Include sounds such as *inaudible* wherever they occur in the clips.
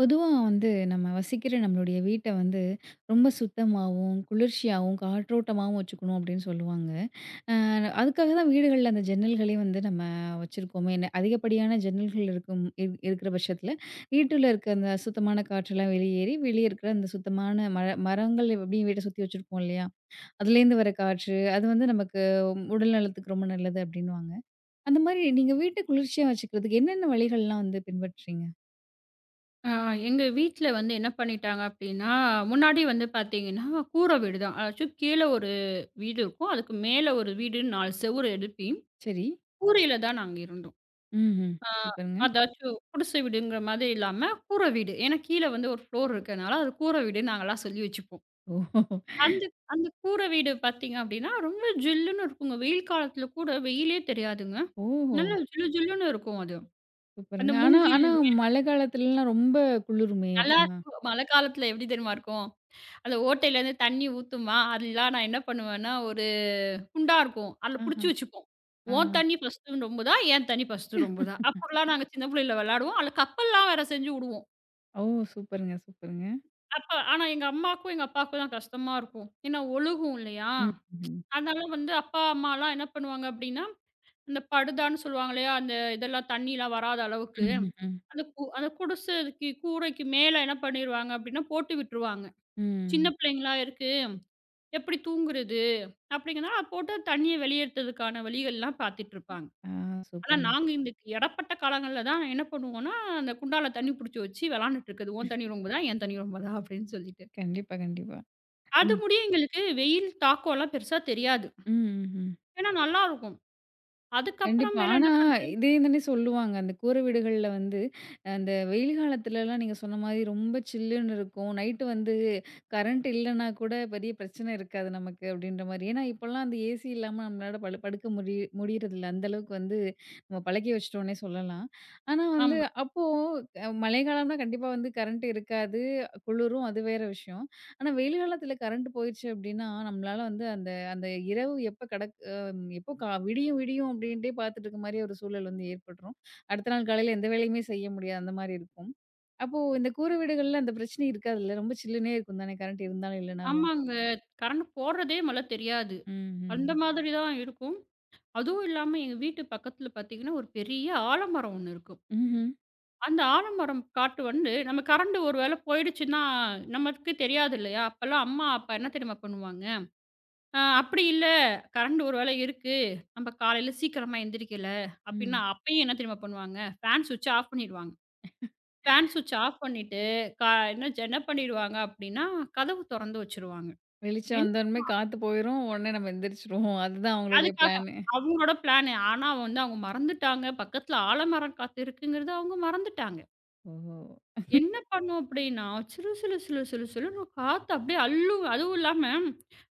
பொதுவா வந்து நம்ம வசிக்கிற நம்மளுடைய வீட்ட வந்து ரொம்ப சுத்தமாவும், குளிர்ச்சியாவும், காற்றோட்டமாவும் வச்சுக்கணும் அப்படின்னு சொல்லுவாங்க. அ அதுக்காக தான் வீடுகள்ல அந்த ஜன்னல்களே வந்து நம்ம வச்சிருக்கோமே! என்ன அதிகப்படியான ஜன்னல்கள் இருக்கும் இருக்கிற பட்சத்தில, வீட்டுள்ள இருக்க அந்த அசுத்தமான காற்றெல்லாம் வெளியேறி, வெளிய இருக்கிற அந்த சுத்தமான மரங்கள் எப்படியும் வீட்ட சுத்தி வச்சிருப்போம் இல்லையா? அதுலேருந்து வர காற்று, அது வந்து நமக்கு உடல் நலத்துக்கு ரொம்ப நல்லது அப்படின்னுவாங்க. அந்த மாரி நீங்க வீட்ட குளிர்ச்சியா வச்சுக்கிறதுக்கு என்னென்ன வழிகள்லாம் வந்து பின்பற்றுறீங்க? ஆ எங்க வீட்ல வந்து என்ன பண்ணிட்டாங்க அப்டின்னா, முன்னாடி வந்து பார்த்தீங்கன்னா, கூரை வீடு தான். அதாச்சும் கீழ ஒரு வீடு இருக்கும். அதுக்கு மேல ஒரு வீடுன்னு 4 செவுரு எழுப்பி, சரி. கூரையில தான் நாங்க இருந்தோம். ம்ஹ்ம். ஆ சூப்பருங்க. அதாச்சும் குடிசை வீடுங்கிற மாதிரி இல்லாம, கூரை வீடு. ஏன்னா கீழ வந்து ஒரு ஃப்ளோர் இருக்கனால, அது கூரை வீடுன்னு நாங்கலாம் சொல்லி வச்சுப்போம். ஓஹோ! அந்த அந்த கூரை வீடு பார்த்தீங்க அப்டின்னா, ரொம்ப ஜில்லுன்னு இருக்குங்க. வெயில் காலத்துல கூட வெயிலே தெரியாதுங்க. ஓஹோ! நல்லா ஜிலு ஜிலுன்னு இருக்கும் அது. அந்த சூப்பருங்க. ஆனா மூங்கில் ஆனா மழை காலத்துலலாம் ரொம்ப குளிருமே அப்பன்னா? நல்லாருக்கும். மழை காலத்துல எப்டி தெரியுமா இருக்கும்? அந்த ஓட்டையிலேருந்து தண்ணி ஊத்துமா, அதெல்லாம் நான் என்ன பண்ணுவேன்னா, ஒரு குண்டா இருக்கும். அதில ஆஹா. புடிச்சு வச்சுப்போம். ஆ. "உன் தண்ணி ஃபர்ஸ்ட்டு ரொம்புதா, என் தண்ணி ஃபர்ஸ்ட்டு ரொம்புதா." அப்படிலாம் நாங்க சின்ன பிள்ளையில விளையாடுவோம். அதில கப்பல்லாம் வேற செஞ்சு உடுவோம். ஓ! சூப்பருங்க, சூப்பருங்க. அப்ப ஆனா எங்க அம்மாக்கும், எங்க அப்பாவுக்கும் தான் கஷ்டமா இருக்கும். ஏன்னா ஒழுகும் இல்லையா? ம்ஹ்ம். ம்ஹ்ம். அதனால வந்து அப்பா, அம்மாலாம் என்ன பண்ணுவாங்க அப்படின்னா, இந்த படுதான்னு சொல்லுவாங்க இல்லையா? அந்த இதெல்லாம் தண்ணிலாம் வராத அளவுக்கு, ம். அந்த குடிசைக்கு கூரைக்கு மேல என்ன பண்ணிருவாங்க அப்படின்னா, போட்டு விட்டுருவாங்க. ம் ம். சின்ன பிள்ளைங்களா இருக்கு. எப்படி தூங்குறது? அப்படிங்கிறனால போட்டு தண்ணீய வெளியேத்துறதுக்கான வழிகள்லாம் பார்த்துட்டுருப்பாங்க. ஆ. ஆனா சூப்பருங்க. நாங்க இந்த இடைப்பட்ட காலங்கள்ல தான் என்ன பண்ணுவோம்னா, அந்த குண்டால தண்ணி புடிச்சு வச்சு விளாண்டுட்டு இருக்குது. "உன் தண்ணி ரொம்புதா? என் தண்ணி ரொம்புதா?" அப்படின்னு சொல்லிட்டு. கண்டிப்பா, கண்டிப்பா. அது ம். முடிய எங்களுக்கு வெயில் தாக்கம்லாம் பெருசா தெரியாது. ம். ம்ஹ்ம். ஏன்னா நல்லாருக்கும். அதுக்கப்புறம் கண்டிப்பா. மேல ஆனா, என்ன பண்றது. இதையும் தானே சொல்லுவாங்க. அந்த கூரை வீடுகள்ல வந்து, அந்த வெயில் காலத்துலலாம் நீங்க சொன்ன மாரி ரொம்ப சில்லுன்னு இருக்கும். நைட்டு வந்து கரண்ட் இல்லன்னா கூட பெரிய பிரச்சனை இருக்காது நமக்கு அப்படின்ற மாரி. ஏன்னா, இப்போலாம் அந்த ஏசி இல்லாம நம்மளால படுக்க முடியறதில்ல. அந்த அளவுக்கு வந்து நம்ம பழக்கி வச்சுட்டோம்னே சொல்லலாம். ஆனா வந்து ஆமா. அப்போ மழைக்காலம்னா கண்டிப்பா வந்து கரண்ட் இருக்காது. குளிரும் அது வேற விஷயம். ஆனா, வெயில் காலத்துல கரண்ட் போயிருச்சு அப்படின்னா, நம்மளால வந்து அந்த அந்த இரவு எப்போ விடியும் விடியும் அப்படின்ட்டே பார்த்துட்டு இருக்க மாதிரி ஒரு சூழல் வந்து ஏற்பட்டுரும். அடுத்த நாள் காலையில எந்த வேலையுமே செய்ய முடியாது அந்த மாதிரி இருக்கும். அப்போ இந்த கூரை வீடுகள்ல அந்த பிரச்சனை இருக்காதுல்ல. ரொம்ப சில்லுன்னே இருக்கும் தானே கரண்ட் இருந்தாலும் இல்லனாலும். ஆமாங்க. கரண்ட் போடுறதே மொதல்ல தெரியாது. அந்த ம்ஹ்ம். மாதிரி தான் இருக்கும். அதுவும் இல்லாம எங்க வீட்டு பக்கத்துல பார்த்தீங்கன்னா, ஒரு பெரிய ஆலமரம் ஒண்ணு இருக்கும். ம்ஹ்ம். அந்த ஆலமரம் காட்டு வந்து நம்ம கரண்ட் ஒரு வேளை போயிடுச்சுன்னா, நமக்கு தெரியாது இல்லையா? அப்பலாம் அம்மா, அப்பா என்ன தெரியுமா பண்ணுவாங்க? அப்படி இல்ல, கரண்ட் ஒரு வேளை இருக்கு. நம்ம காலையில சீக்கிரமா எந்திரிக்கல." அப்படின்னா, ம். அப்பயும் என்ன தெரியுமா பண்ணுவாங்க? ஃபேன் ஸ்விட்ச ஆஃப் பண்ணிடுவாங்க. ஃபேன் ஸ்விட்ச ஆஃப் பண்ணிட்டு, கா என்ன ஜ என்ன பண்ணிடுவாங்க அப்படின்னா, கதவு தொறந்து வச்சுருவாங்க. வெளிச்சம் என் வந்தோனமே காத்து போயிரும். உடனே நம்ம எந்திரிச்சுருவோம். அதுதான் அவங்களுடைய அதுக்காக பிளானு. அவங்களோட பிளானு. ஆனா வந்து அவங்க மறந்துட்டாங்க. பக்கத்துல ஆலமரம் காத்து இருக்குங்கிறத அவங்க மறந்துட்டாங்க. ஓஹோ! என்ன பண்ணும் அப்படின்னா, சுலு சுலு சுலு சுலு சுலுன்னு காத்து அப்படியே அள்ளும். அதுவும் இல்லாம,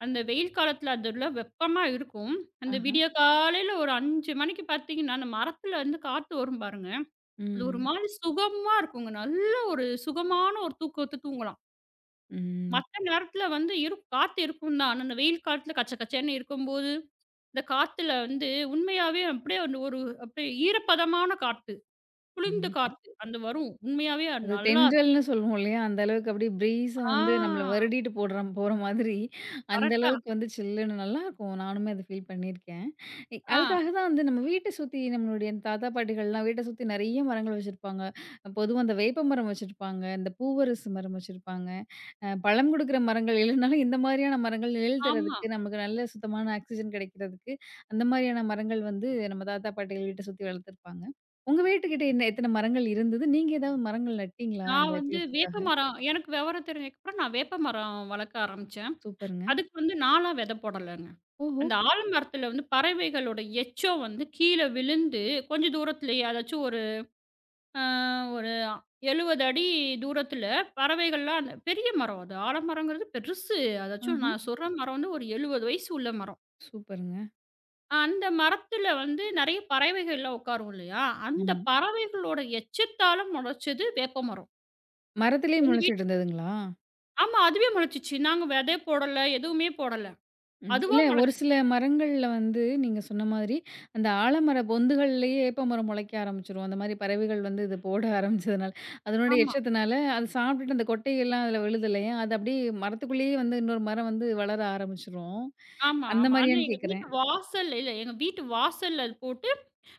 அந்த வெயில் காலத்தில அதெல்லாம் வெப்பமா இருக்கும். அந்த ஆஹா. விடிய காலையில ஒரு 5 மணிக்கு பார்த்தீங்கன்னா, அந்த மரத்தில இருந்து காத்து வரும் பாருங்க. அது ஒரு ம். மாரி சுகமா இருக்குங்க. நல்ல ஒரு சுகமான ஒரு தூக்கத்த தூங்கலாம். ம். மத்த நேரத்தில வந்து காத்து இருக்கும் தான். ஆனா, அந்த வெயில் காலத்தில கச்ச கச்சன்னு இருக்கும்போது, இந்த காத்துல வந்து உண்மையாவே அப்படியே அந்த ஒரு அப்படியே ஈரப்பதமான காத்து, குளிர்ந்த கண்டிப்பா. காத்து அந்த வரும். உண்மையாவே அது அது நல்லாருக்கும். தென்றல்னு சொல்லுவோம் இல்லையா? அந்த அளவுக்கு அப்படியே பிரீஸ வந்து நம்மள ஆ வருடிட்டு போற மாதிரி அந்த கரெக்ட்டா. அளவுக்கு வந்து சில்லுன்னு நல்லாருக்கும். நானுமே அத ஃபீல் பண்ணியிருக்கேன். ஆ, அதுக்காக தான் வந்து நம்ம வீட்ட சுத்தி நம்மளுடைய தாத்தா, பாட்டிகள்லாம் வீட்ட சுத்தி நெறைய மரங்கள் வச்சிருப்பாங்க. பொதுவா அந்த வேப்ப மரம் வச்சிருப்பாங்க. இந்த பூவரசு மரம் வச்சிருப்பாங்க. பழம் குடுக்குற மரங்கள் இல்லனாலும் இந்த மாதிரியான மரங்கள் நிழல் ஆமா. தர்றதுக்கு, நமக்கு நல்ல சுத்தமான ஆக்ஸிஜன் கிடைக்கிறதுக்கு, அந்த மாதிரியான மரங்கள் வந்து நம்ம தாத்தா, பாட்டிகள் வீட்ட சுத்தி வளர்த்துருப்பாங்க. உங்க வீட்டுக்கிட்ட என்ன எத்தன மரங்கள் இருந்தது? நீங்க ஏதாவது மரங்கள் நட்டீங்களா? நான் இந்த வந்து குளிர்ச்சிக்காக? வேப்பமரம் எனக்கு விவரம் தெரிஞ்சதுக்கப்புறம் நான் வேப்பமரம் வளர்க்க ஆரம்பிச்சேன். சூப்பருங்க. அதுக்கு வந்து நானா வித போடலங்க. ஓஹோ! அந்த ஆலமரத்தில வந்து பறவைகளோட எச்சம் வந்து கீழ விழுந்து கொஞ்சம் தூரத்திலேயே அதாச்சும் அ ஒரு 70 அடி தூரத்தில பறவைகள்லாம் அந்த பெரிய மரம் அது. ஆலமரங்கிறது பெருசு. அதாச்சும் ஆஹ. நான் சொல்ற மரம் வந்து ஒரு 70 வயசு உள்ள மரம். சூப்பருங்க. அந்த மரத்தில வந்து நெறைய பறவைகள்லாம் உட்காரும் இல்லையா? ஆமா. அந்த பறவைகளோட எச்சத்தால முளைச்சது வேப்பமரம். மரத்திலேயே எங்க முளைச்சிட்டு இருந்ததுங்களா? ஆமா. அதுவே முளைச்சிச்சு. நாங்க விதை போடல, எதுவுமே போடல. ம். அதுவா இல்ல ஒரு முளைச்சிச்சு. சில மரங்கள்ல வந்து நீங்க சொன்ன மாதிரி, அந்த ஆலமர பொந்துகள்லயே ஏப்பமரம் முளைக்க ஆரம்பிச்சுரும். அந்த மாரி பறவைகள் வந்து இது போட ஆரம்பிச்சதுனால. அதனுடைய ஆமா, எச்சத்தினால அது சாப்பிட்டுட்டு அந்த கொட்டையெல்லாம் அதில விழுது இல்லையா? அது அப்படியே மரத்துக்குள்ளேயே வந்து இன்னொரு மரம் வந்து வளர ஆரம்பிச்சுரும். ஆமா, அந்த ஆமா. ஆனா மாரியான்னு கேட்கிறேன். எங்க வீட்டு வாசல்ல அது போட்டு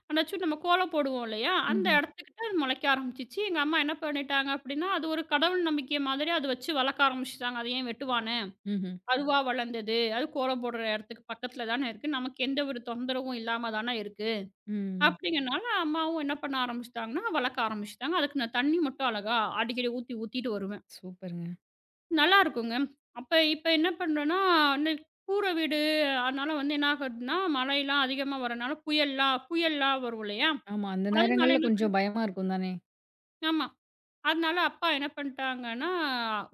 அதாச்சும் நம்ம கோலம் போடுவோம் இல்லையா? அந்த ம்ஹ்ம். இடத்துக்கிட்ட அது முளைக்க ஆரம்பிச்சிச்சு. எங்க அம்மா என்ன பண்ணிட்டாங்க அப்படின்னா, அது ஒரு கடவுள் நம்பிக்கை மாதிரி அத வச்சு வளர்க்க ஆரம்பிச்சுட்டாங்க. அது ஏன் வெட்டுவானே? ம்ஹ்ம். அதுவா வளர்ந்தது. அது கோலம் போடுற இடத்துக்கு பக்கத்துல தானே இருக்கு. நமக்கு எந்த ஒரு தொந்தரவும் இல்லாம தானே இருக்கு. ம். அப்படிங்கிறனால அம்மாவும் என்ன பண்ண ஆரம்பிச்சுட்டாங்கன்னா, வளர்க்க ஆரம்பிச்சுட்டாங்க. அதுக்கு நான் தண்ணி மட்டும் அழகா அடிக்கடி ஊத்திட்டு வருவேன். சூப்பருங்க. நல்லாருக்குங்க. அப்ப இப்ப என்ன பண்றோன்னா, வந்து கூர வீடு அதனால வந்து என்ன ஆகுதுன்னா, மழைலாம் அதிகமா வரனால புயல்லாம் புயல்லாம் வரும் இல்லையா? ஆமா. அந்த அதனால நேரங்கள்ல என்ன பண்ண கொஞ்சம் பயமா இருக்கும் தானே? ஆமா. அதனால அப்பா என்ன பண்ட்டாங்கன்னா,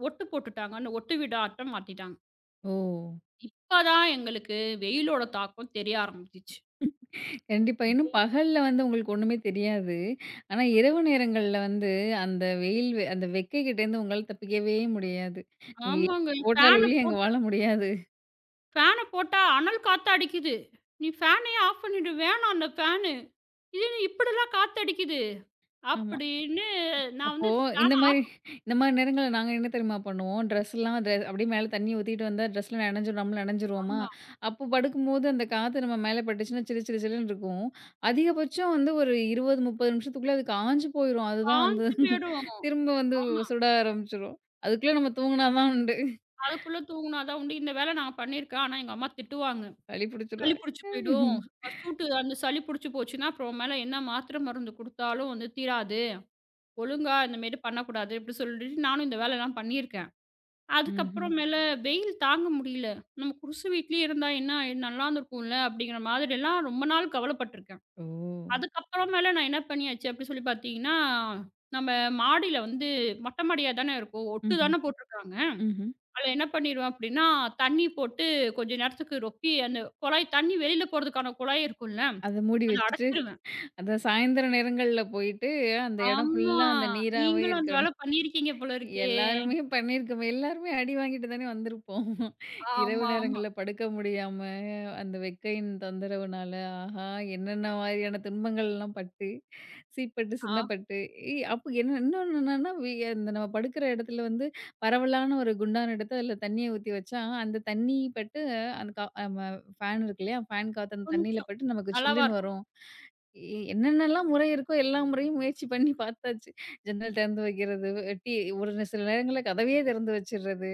ஒட்டு போட்டுட்டாங்க. அந்த ஒட்டு வீடாட்டம் மாத்திட்டாங்க. ஓ! இப்ப தான் எங்களுக்கு வெயிலோட தாக்கம் தெரிய ஆரம்பிச்சுச்சு. கண்டிப்பா. இன்னும் பகல்ல வந்து உங்களுக்கு ஒண்ணுமே தெரியாது. ஆனா, இரவு நேரங்கள்ல வந்து அந்த வெயில் வெ அந்த வெக்கைக்கிட்டேருந்து உங்களால தப்பிக்கவே முடியாது. நீங்க ஆமாங்க. போட்டால் ஃபேன ஒழிய அங்க போட்டா வாழ முடியாது. ஃபேன போட்டா அனல் காத்து அடிக்குது. "நீ ஃபேனையே ஆஃப் பண்ணிடு. வேணாம் அந்த ஃபேனு. இது என்ன இப்படிலாம் காத்தடிக்குது?" ஆமா. அப்படின்னு நான் அப்போ வந்து ஃபேன இந்த மாரி ஆஃப் இந்த மாரி நேரங்கள்ல நாங்க என்ன தெரியுமா பண்ணுவோம், ட்ரெஸ்லாம் அப்படியே மேல தண்ணி ஊத்திட்டு வந்தா ட்ரெஸ்ல நனைஞ்சிரும் நம்மளும் நனைஞ்சிருவோமா? ஆமா. அப்போ படுக்கும்போது அந்த காத்து நம்ம மேல பட்டுச்சுன்னா சிலு சிலு சிலுன்னு இருக்கும். அதிகபட்சம் வந்து ஒரு 20, 30 நிமிஷத்துக்குள்ள அது காஞ்சு போயிரும். அதுதான் வந்து காஞ்சு போயிடும். திரும்ப வந்து ஆமா. சுட ஆரம்பிச்சுரும். அதுக்குள்ள நம்ம தூங்குனா தான் உண்டு. அதுக்குள்ள தூங்குனா தான் உண்டு. இந்த வேலை நான் பண்ணியிருக்கேன். ஆனா எங்க அம்மா திட்டுவாங்க. சளி சளி பிடிச்சிரும். புடிச்சு போயிடும். சூட்டு அந்த சளி புடிச்சு போச்சுன்னா, அப்புறம் மேல என்ன மாத்திரை மருந்து குடுத்தாலும் வந்து தீராது. ஒழுங்கா இந்த மாரி பண்ணக்கூடாது. இப்படி சொல்லிட்டு நானும் இந்த வேலைலாம் பண்ணியிருக்கேன். ம்ஹ்ம். அதுக்கப்புறமேல வெயில் தாங்க முடியல. நம்ம குடிசை வீட்லயே இருந்தா என்ன ஆயி நல்லாருந்துருக்கும்ல அப்படிங்கிற மாதிரிலாம் ரொம்ப நாள் கவலைப்பட்டுருக்கேன். ஓ! அதுக்கப்புறமேல நான் என்ன பண்ணியாச்சு அப்படி சொல்லி பார்த்தீங்கன்னா, நம்ம மாடியில வந்து மொட்டை மாடியா தானே இருக்கும். ஒட்டு ம்ஹ்ம், தானே போட்டுருக்காங்க. ம்ஹ்ம். அதில என்ன பண்ணிருவேன் அப்டின்னா, தண்ணி போட்டு கொஞ்ச நேரத்துக்கு ரொப்பி அந்த குழாய் தண்ணி வெளில போறதுக்கான குழாய் இருக்கும்ல, அத மூடி அத வச்சுட்டு, அடைச்சிருவேன். அத சாயந்தர நேரங்கள்ல போயிட்டு அந்த இடம் ஆமா. ஃபுல்லா அந்த நீராவே நீங்களும் அந்த இருக்கிற வேல பண்ணியிருக்கீங்க போல இருக்கே. எல்லாருமே பண்ணியிருக்கோம். எல்லாருமே அடி வாங்கிட்டு தானே வந்திருப்போம். *laughs* இரவு ஆமா, ஆமா. நேரங்கள்ல படுக்க முடியாம, அந்த வெக்கையின் தொந்தரவுனால, ஆஹா! என்னென்ன மாரியான துன்பங்கள்லாம் பட்டு, சீப்பட்டு, ஆ சின்னப்பட்டு, அப்ப என்ன இன்னொன்னு என்னன்னா, அந்த நம்ம படுக்கிற இடத்துல வந்து பரவலான ஒரு குண்டான் எடுத்து அதில தண்ணிய ஊத்தி வச்சா, அந்த தண்ணி பட்டு அந்த நம்ம ஃபேன் இருக்கு இல்லையா? ஃபேன் காத்து அந்த தண்ணியில கொஞ்சம். பட்டு நமக்கு நல்லாவா சில்லுன்னு இருக்கும். வரும். எ என்னென்னலாம் முறை இருக்கோ, எல்லா முறையும் முயற்சி பண்ணி பார்த்தாச்சு. ஜன்னல் திறந்து வைக்கிறது, டீ ஒரு சில நேரங்கள்ல கதவையே திறந்து வச்சுர்றது.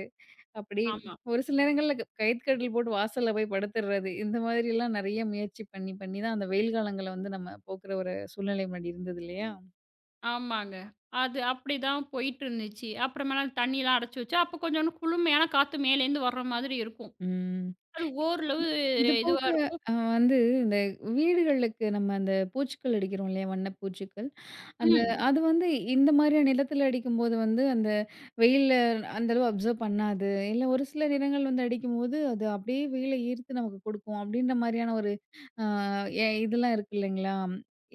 அப்படி ஆமா. ஒரு சில நேரங்கள்ல கயித்துக்கட்டில் போட்டு வாசல்ல போய் படுத்துர்றது. இந்த மாதிரிலாம் நெறைய முயற்சி பண்ணி, பண்ணி தான் அந்த வெயில் காலங்கள வந்து நம்ம போக்குற ஒரு சூழ்நிலை முன்னாடி இருந்தது இல்லையா? ஆமாங்க. அது அப்டிதான் போயிட்டுருந்துச்சு. அப்புறமேல தண்ணிலாம் அடைச்சு வச்சு, அப்ப கொஞ்சோண்டு குளுமையான காத்து மேலேருந்து வர்ற மாதிரி இருக்கும். ம். அது ஓரளவு இது போக இதுவா இருக்கும். வந்து இந்த வீடுகளுக்கு நம்ம அந்த பூச்சிக்கள் அடிக்கிறோம் இல்லையா? வண்ணப்பூச்சிக்கள். அந்த ம். அது வந்து இந்த மாதிரியான நிலத்துல அடிக்கும்போது வந்து அந்த வெயில்ல அந்த அளவு அப்சர்வ் பண்ணாது. இல்ல ஒரு சில நிறங்கள் வந்து அடிக்கும்போது, அது அப்படியே வெயில ஈர்த்து நமக்கு கொடுக்கும். அப்படின்ற மாதிரியான ஒரு அ எ இதெல்லாம் இருக்கு இல்லைங்களா?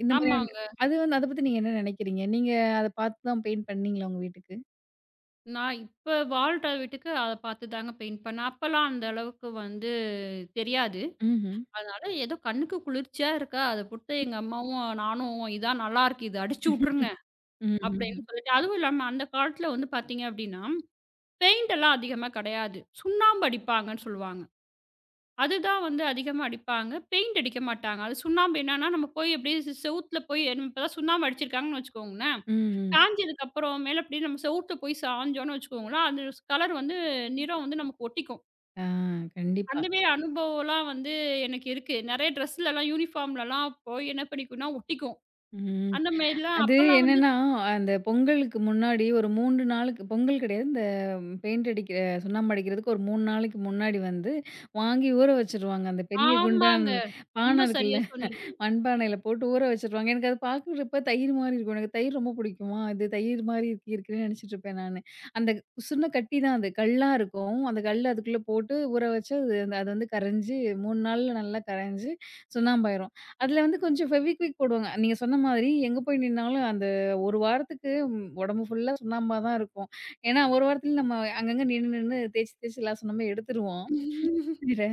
இந்த மாதிரியான ஆமாங்க. அது வந்து அத பத்தி நீங்க என்ன நினைக்கிறீங்க? நீங்க அத பார்த்து தான் பெயிண்ட் பண்ணீங்களா உங்க வீட்டுக்கு? நான் இப்ப வாழ்ற வீட்டுக்கு அத பார்த்து தாங்க பெயிண்ட் பண்ணேன். அப்பலாம் அந்த அளவுக்கு வந்து தெரியாது. ம்ஹ்ம். அதனால ஏதோ கண்ணுக்கு குளிர்ச்சியா இருக்கா, அத போட்டு எங்க அம்மாவும், நானும் "இதான் நல்லாருக்கு. இது அடிச்சு ம்ஹ்ம். உட்டுருங்க" ம். அப்படின்னு ம். சொல்லிட்டு அதுவும் இல்லாம அந்த காலத்துல வந்து பாத்தீங்க அப்படின்னா, பெயிண்ட் எல்லாம் அதிகமா கிடையாது. சுண்ணாம்பு அடிப்பாங்கன்னு சொல்லுவாங்க. அதுதான் வந்து அதிகமா அடிப்பாங்க. பெயிண்ட் அடிக்க மாட்டாங்க. அது சுண்ணாம்பு என்னன்னா, நம்ம போய் அப்படியே செவுத்துல போய் நம்ம இப்பதான் சுண்ணாம்பு அடிச்சிருக்காங்கன்னு வச்சுக்கோங்களேன். ம் காய்ஞ்சதுக்கு அப்புறம் மேல அப்படியே நம்ம செவுத்துல போய் சாய்ஞ்சோம்னு வச்சுக்கோங்களேன், அது கலர் வந்து நிறம் வந்து நமக்கு ஒட்டிக்கும். ஆ, கண்டிப்பா. அந்த மாரி அனுபவம்லாம் வந்து எனக்கு இருக்கு. நெறைய ட்ரெஸ்லலாம், யூனிஃபார்ம்லலாம் போய் என்ன பண்ணிக்கும்னா ஒட்டிக்கும். ம். அந்த மாரிலாம் அது அப்பலாம் வந்து என்னன்னா, அந்த பொங்கலுக்கு முன்னாடி ஒரு 3 நாளுக்கு பொங்கல் கிடையாது. இந்த பெயிண்ட் அடிக்கிற சுண்ணாம்பு அடிக்கிறதுக்கு ஒரு 3 நாளைக்கு முன்னாடி வந்து வாங்கி ஊற வச்சுருவாங்க. அந்த பெரிய குண்டான் ஆமாங்க. ரொம்ப பானை சரியா இருக்குல்ல. சொன்னீங்க. மண்பானையில போட்டு ஊற வச்சுருவாங்க. எனக்கு அது பார்க்குறப்ப தயிர் மாரி இருக்கும். எனக்கு தயிர் ரொம்ப பிடிக்குமா, இது தயிர் மாரி இருக்குன்னு நினச்சிட்டு இருப்பேன் நானு. அந்த உசுர்ன கட்டி தான் அது கல்லா இருக்கும். அந்த கல்ல அதுக்குள்ள போட்டு ஊற வச்சு அது வந்து கரைஞ்சு 3 நாள்ல நல்லா கரைஞ்சு சுண்ணாம்பாயிரும். அதில வந்து கொஞ்சம் ஃபெவிக்விக் போடுவாங்க. நீங்க சொன்ன மாதிரி எங்கே போய் நின்னாலும் அந்த 1 வாரத்துக்கு உடம்பு ஃபுல்லா சுண்ணாம்பா தான் இருக்கும். ஏன்னா 1 வாரத்தில நம்ம அங்கங்க நின்னு நின்னு தேய்ச்சு தேய்ச்சு லாசம் நம்ம எடுத்துருவோம். வேற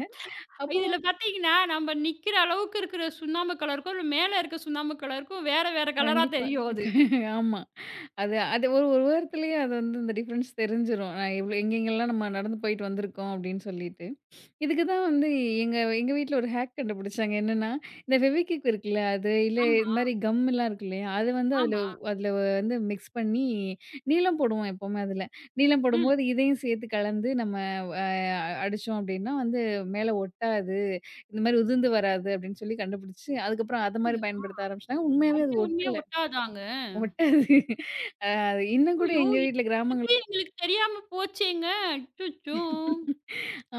அப்போ இதுல பார்த்தீங்கன்னா, நம்ம நிக்கிற அளவுக்கு இருக்கிற சுண்ணாம்பு கலருக்கும், இல்ல மேல இருக்க சுண்ணாம்பு கலருக்கும் வேற வேற கலரா கண்டிப்பா. தெரியும் அது. ஆமா. அது அது ஒரு ஒரு வாரத்திலேயே அது வந்து இந்த டிஃபரன்ஸ் தெரிஞ்சிரும். நான் எவ்ளோ எங்கெங்கலாம் நம்ம நடந்து போயிட்டு வந்திருக்கோம் அப்படின்னு சொல்லிட்டு. இதுக்கு தான் வந்து எங்க எங்க வீட்ல ஒரு ஹேக் கண்டுபிடிச்சாங்க. என்னன்னா, இந்த ஃபெவிக்விக் இருக்குல்ல அது இல்ல ஆமா, இந்த மாரி கம்லாம் இருக்கு இல்லையா? அது வந்து அதுல ஆமா. அதுல வந்து மிக்ஸ் பண்ணி நீலம் போடுவோம் எப்பவுமே அதுல. நீலம் ம். போடும்போது இதையும் சேர்த்து கலந்து நம்ம அ அடிச்சோம் அப்படின்னா வந்து மேல ஒட்டாது. இந்த மாரி உதிர்ந்து வராது அப்படின்னு சொல்லி கண்டுபிடிச்சு, அதுக்கப்புறம் அத மாரி அப்படியா? பயன்படுத்த ஆரம்பிச்சுட்டாங்க. உண்மையாவே அது அப்படி உண்மையா ஒட்டல. ஒட்டாதாங்க. ஒட்டாது. அது இன்னும் கூட ஐயோ! எங்க வீட்ல கிராமங்கள். இதுக்கே எங்களுக்கு தெரியாம போச்சேங்க. அச்சச்சோ! *laughs*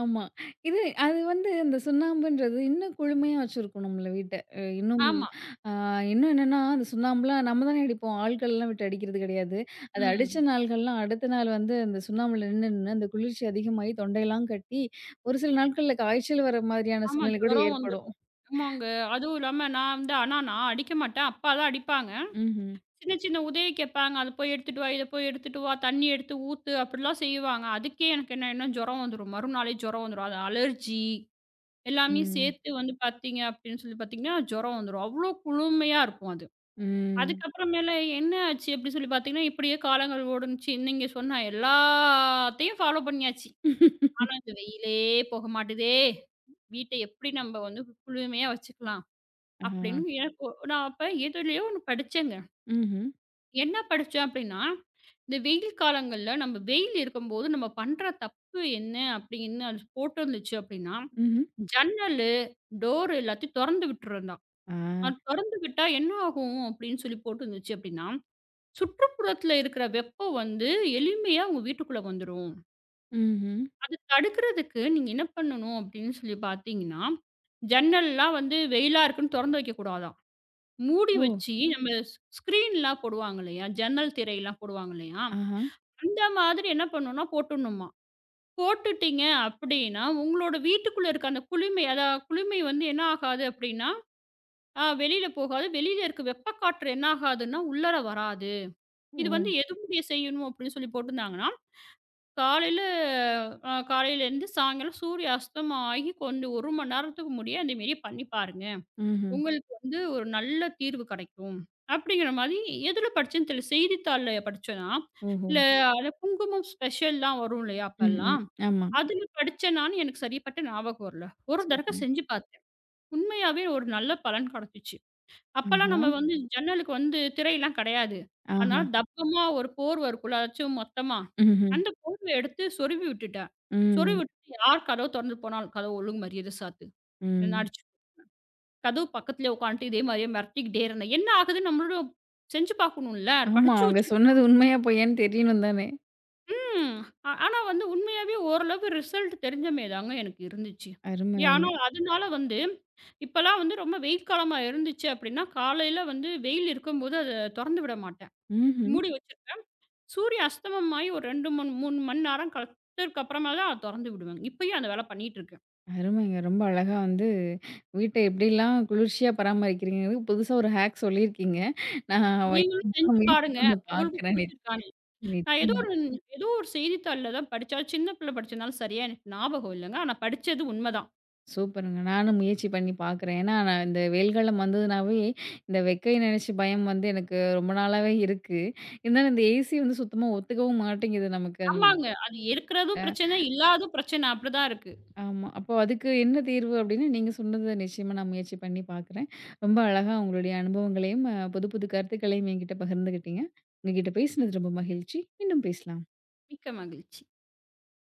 ஆமா. இது அது வந்து அந்த சுண்ணாம்புன்றது இன்னும் குளுமையா வச்சிருக்கணும்ல வீட்ட. இன்னும் ஆமா. அ இன்னும் என்னன்னா, அந்த சுண்ணாம்புலாம் நம்ம தானே அடிப்போம். ஆட்கள்லாம் விட்டு அடிக்கிறது கிடையாது. அது அடிச்ச ம். நாள்கள்லாம் அடுத்த நாள் வந்து அந்த சுண்ணாம்புல நின்னு நின்னு அந்த குளிர்ச்சி அதிகமாகி தொண்டையெல்லாம் கட்டி, ஒரு சில நாட்கள்ல காய்ச்சல் வர மாதிரியான ஆமா, சூழ்நிலை கூட ஜுரம் ஏற்படும். வந்துரும். ஆமாங்க. அதுவும் இல்லாம நான் வந்து ஆனா நான் அடிக்க மாட்டேன். அப்பா தான் அடிப்பாங்க. ம்ஹ்ம். சின்ன சின்ன உதவி கேட்பாங்க. "அத போய் எடுத்துட்டு வா, இத போய் எடுத்துட்டு வா, தண்ணி எடுத்து ஊத்து" அப்படிலாம் செய்வாங்க. அதுக்கே எனக்கு என்ன ஆயிடும்னா ஜுரம் வந்துரும். மறுநாளே ஜுரம் வந்துரும். அது அலர்ஜி எல்லாமே ம். சேர்த்து வந்து பார்த்தீங்க அப்படின்னு சொல்லி பார்த்தீங்கன்னா, ஜுரம் வந்துரும். அவ்வளோ குளுமையா இருக்கும் அது. ம். அதுக்கப்புறமேல என்ன ஆச்சு அப்படின்னு சொல்லி பார்த்தீங்கன்னா, இப்படியே காலங்கள் ஓடுனுச்சு. நீங்க சொன்ன எல்லாத்தையும் ஃபாலோ பண்ணியாச்சு. ஆனா, *laughs* இந்த வெயிலே போக மாட்டுதே! வீட்ட எப்படி நம்ப வந்து குளுமையா வச்சுக்கலாம்? ஆ. அப்படின்னு எனக்கு நான் அப்ப எதுலயோ ஒண்ணு படிச்சேங்க. ம்ஹ்ம். என்ன படிச்சேன் அப்படின்னா, இந்த வெயில் காலங்கள்ல நம்ம வெயில் இருக்கும்போது நம்ம பண்ற தப்பு என்ன அப்படின்னு அது போட்டிருந்துச்சு அப்படின்னா, ம்ஹ்ம். ஜன்னலு, டோர் எல்லாத்தையும் தொறந்து விட்டுறதுதான். ஆ. அது தொறந்து விட்டா என்ன ஆகும் அப்படின்னு சொல்லி போட்டிருந்துச்சு அப்படின்னா, சுற்றுப்புறத்துல இருக்கிற வெப்பம் வந்து எளிமையா உங்க வீட்டுக்குள்ள வந்துரும். ம்ஹ்ம். அது தடுக்கிறதுக்கு நீங்க என்ன பண்ணணும் அப்படின்னு சொல்லி பார்த்தீங்கன்னா, ஜன்னல்லாம் வந்து வெயிலா இருக்குன்னு தொறந்து வைக்கக்கூடாதாம். மூடி ஓ! வச்சு நம்ம ஸ்க்ரீன்லாம் போடுவாங்க இல்லையா? ஜன்னல் திரைலாம் போடுவாங்க இல்லையா? ஆஹா! அந்த மாதிரி என்ன பண்ணணும்னா போட்டுடணுமாம். போட்டுட்டீங்க அப்படின்னா, உங்களோட வீட்டுக்குள்ள இருக்க அந்த குளுமை அதான் குளுமை வந்து என்ன ஆகாது அப்படின்னா, வெளியில போகாது. வெளியில இருக்க வெப்ப காற்று என்ன ஆகாதுன்னா, உள்ளார வராது. ஓ! இது வந்து எதுமுடிய செய்யணும் அப்படின்னு சொல்லி போட்டிருந்தாங்கன்னா காலையில காலையிலேருந்து சாயங்காலம் சூரிய அஸ்தமனம் ஆகி கொஞ்சம் 1 மணி நேரத்துக்கு முடிய அந்த மாரி பண்ணி பாருங்க. ம்ஹ்ம். உங்களுக்கு வந்து ஒரு நல்ல தீர்வு கிடைக்கும். அப்படிங்கிற மாதிரி எதுல படிச்சேன்னு தெரியல. செய்தித்தாள்ல படிச்சேனா? ஓஹோ! இல்ல அந்த குங்குமம் ஸ்பெஷல்லாம் வரும் இல்லையா ம், ம். அப்பல்லாம்? ஆமா. அதுல படிச்சேனான்னு எனக்கு சரிப்பட்ட ஞாபகம் வரல. ஒரு தடக்க சூப்பருங்க. செஞ்சு பார்த்தேன். உண்மையாவே ஒரு நல்ல பலன் கிடைச்சுச்சு. அப்பலாம் ஆஹா! நம்ம வந்து ஜன்னலுக்கு வந்து திரையெல்லாம் கிடையாது. அதனால ஆஹா! தப்பமா ஒரு போர்வ இருக்குல்ல, அதாச்சும் மொத்தமா. ம்ஹ்ம். அந்த போர்வ எடுத்து சொருவி விட்டுட்டேன். சொருவி ம், விட்டுட்டு யார் கதவு தொறந்து போனாலும், "கதவு ஒழுங்கு மரியாதையா சாத்து. இல்லன்னா ம். அடிச்சு" கதவு பக்கத்திலேயே உட்காந்துட்டு இதே மாரியே மிரட்டிக்கிட்டே இருந்தேன். என்ன ஆகுதுன்னு நம்மளும் செஞ்சு பார்க்கணும்ல. ஆமா. படிச்சு அவங்க வச்சிருக்கோம். சொன்னது உண்மையா பொய்யான்னு தெரியணும் தானே! ம். ஆனா வந்து உண்மையாவே ஓரளவு ரிசல்ட் தெரிஞ்ச மாரி தாங்க எனக்கு இருந்துச்சு. அருமை, ஏன் ஆனா அருமை. அதனால வந்து இப்பலாம் வந்து ரொம்ப வெயில் காலமா இருந்துச்சு அப்படின்னா, காலையில வந்து வெயில் இருக்கும்போது அத தொறந்து விட மாட்டேன். ம்ஹ்ம். மூடி வச்சிருப்பேன். சூரிய அஸ்தமமாயி ஒரு 2 3 மணி நேரம் கழிச்சதுக்கு அப்புறமா தான் அத தொறந்து விடுவேங்க. இப்பயும் அந்த வேலை பண்ணிட்டு இருக்கேன். அருமைங்க. ரொம்ப அழகா வந்து வீட்ட எப்படிலாம் குளிர்ச்சியா பராமரிக்கிறீங்கிறதுக்கு புதுசா ஒரு ஹேக் சொல்லியிருக்கீங்க. நான் வ நீங்களும் நானும் செஞ்சு முயற்சி பாருங்க. பண்ணி உங்களுக்கு பார்க்குறேன். புடிச்சிருக்கான்னு. நான் ஏதோ நிச்சயமா. ஒரு ஏதோ ஒரு செய்தித்தாள்ல தான் படிச்சேன். அது சின்ன பிள்ளை படிச்சதுனால சரியா எனக்கு ஞாபகம் இல்லங்க. ஆனா படிச்சது உண்மதான். சூப்பருங்க. நானும் முயற்சி பண்ணி பார்க்குறேன். ஏன்னா, நான் இந்த வெயில் காலம் வந்ததுனாவே, இந்த வெக்கைய நெனச்சு பயம் வந்து எனக்கு ரொம்ப நாளாவே இருக்கு. இருந்தாலும் இந்த ஏசி வந்து சுத்தமா ஒத்துக்கவும் மாட்டேங்குது நமக்கு. அந் ஆமாங்க. அது இருக்கிறதும் அ பிரச்சனை, இல்லாததும் பிரச்சனை. அப்படிதான் இருக்கு. ஆமா. அப்போ அதுக்கு என்ன தீர்வு அப்டின்னு நீங்க சொன்னத நிச்சயமா நான் முயற்சி பண்ணி பார்க்குறேன். ரொம்ப அழகா உங்களுடைய அனுபவங்களையும், புது புது கருத்துக்களையும் என்கிட்ட பகிர்ந்துக்கிட்டீங்க. உங்ககிட்ட பேசினது ரொம்ப மகிழ்ச்சி. மீண்டும் பேசலாம். மிக்க மகிழ்ச்சி.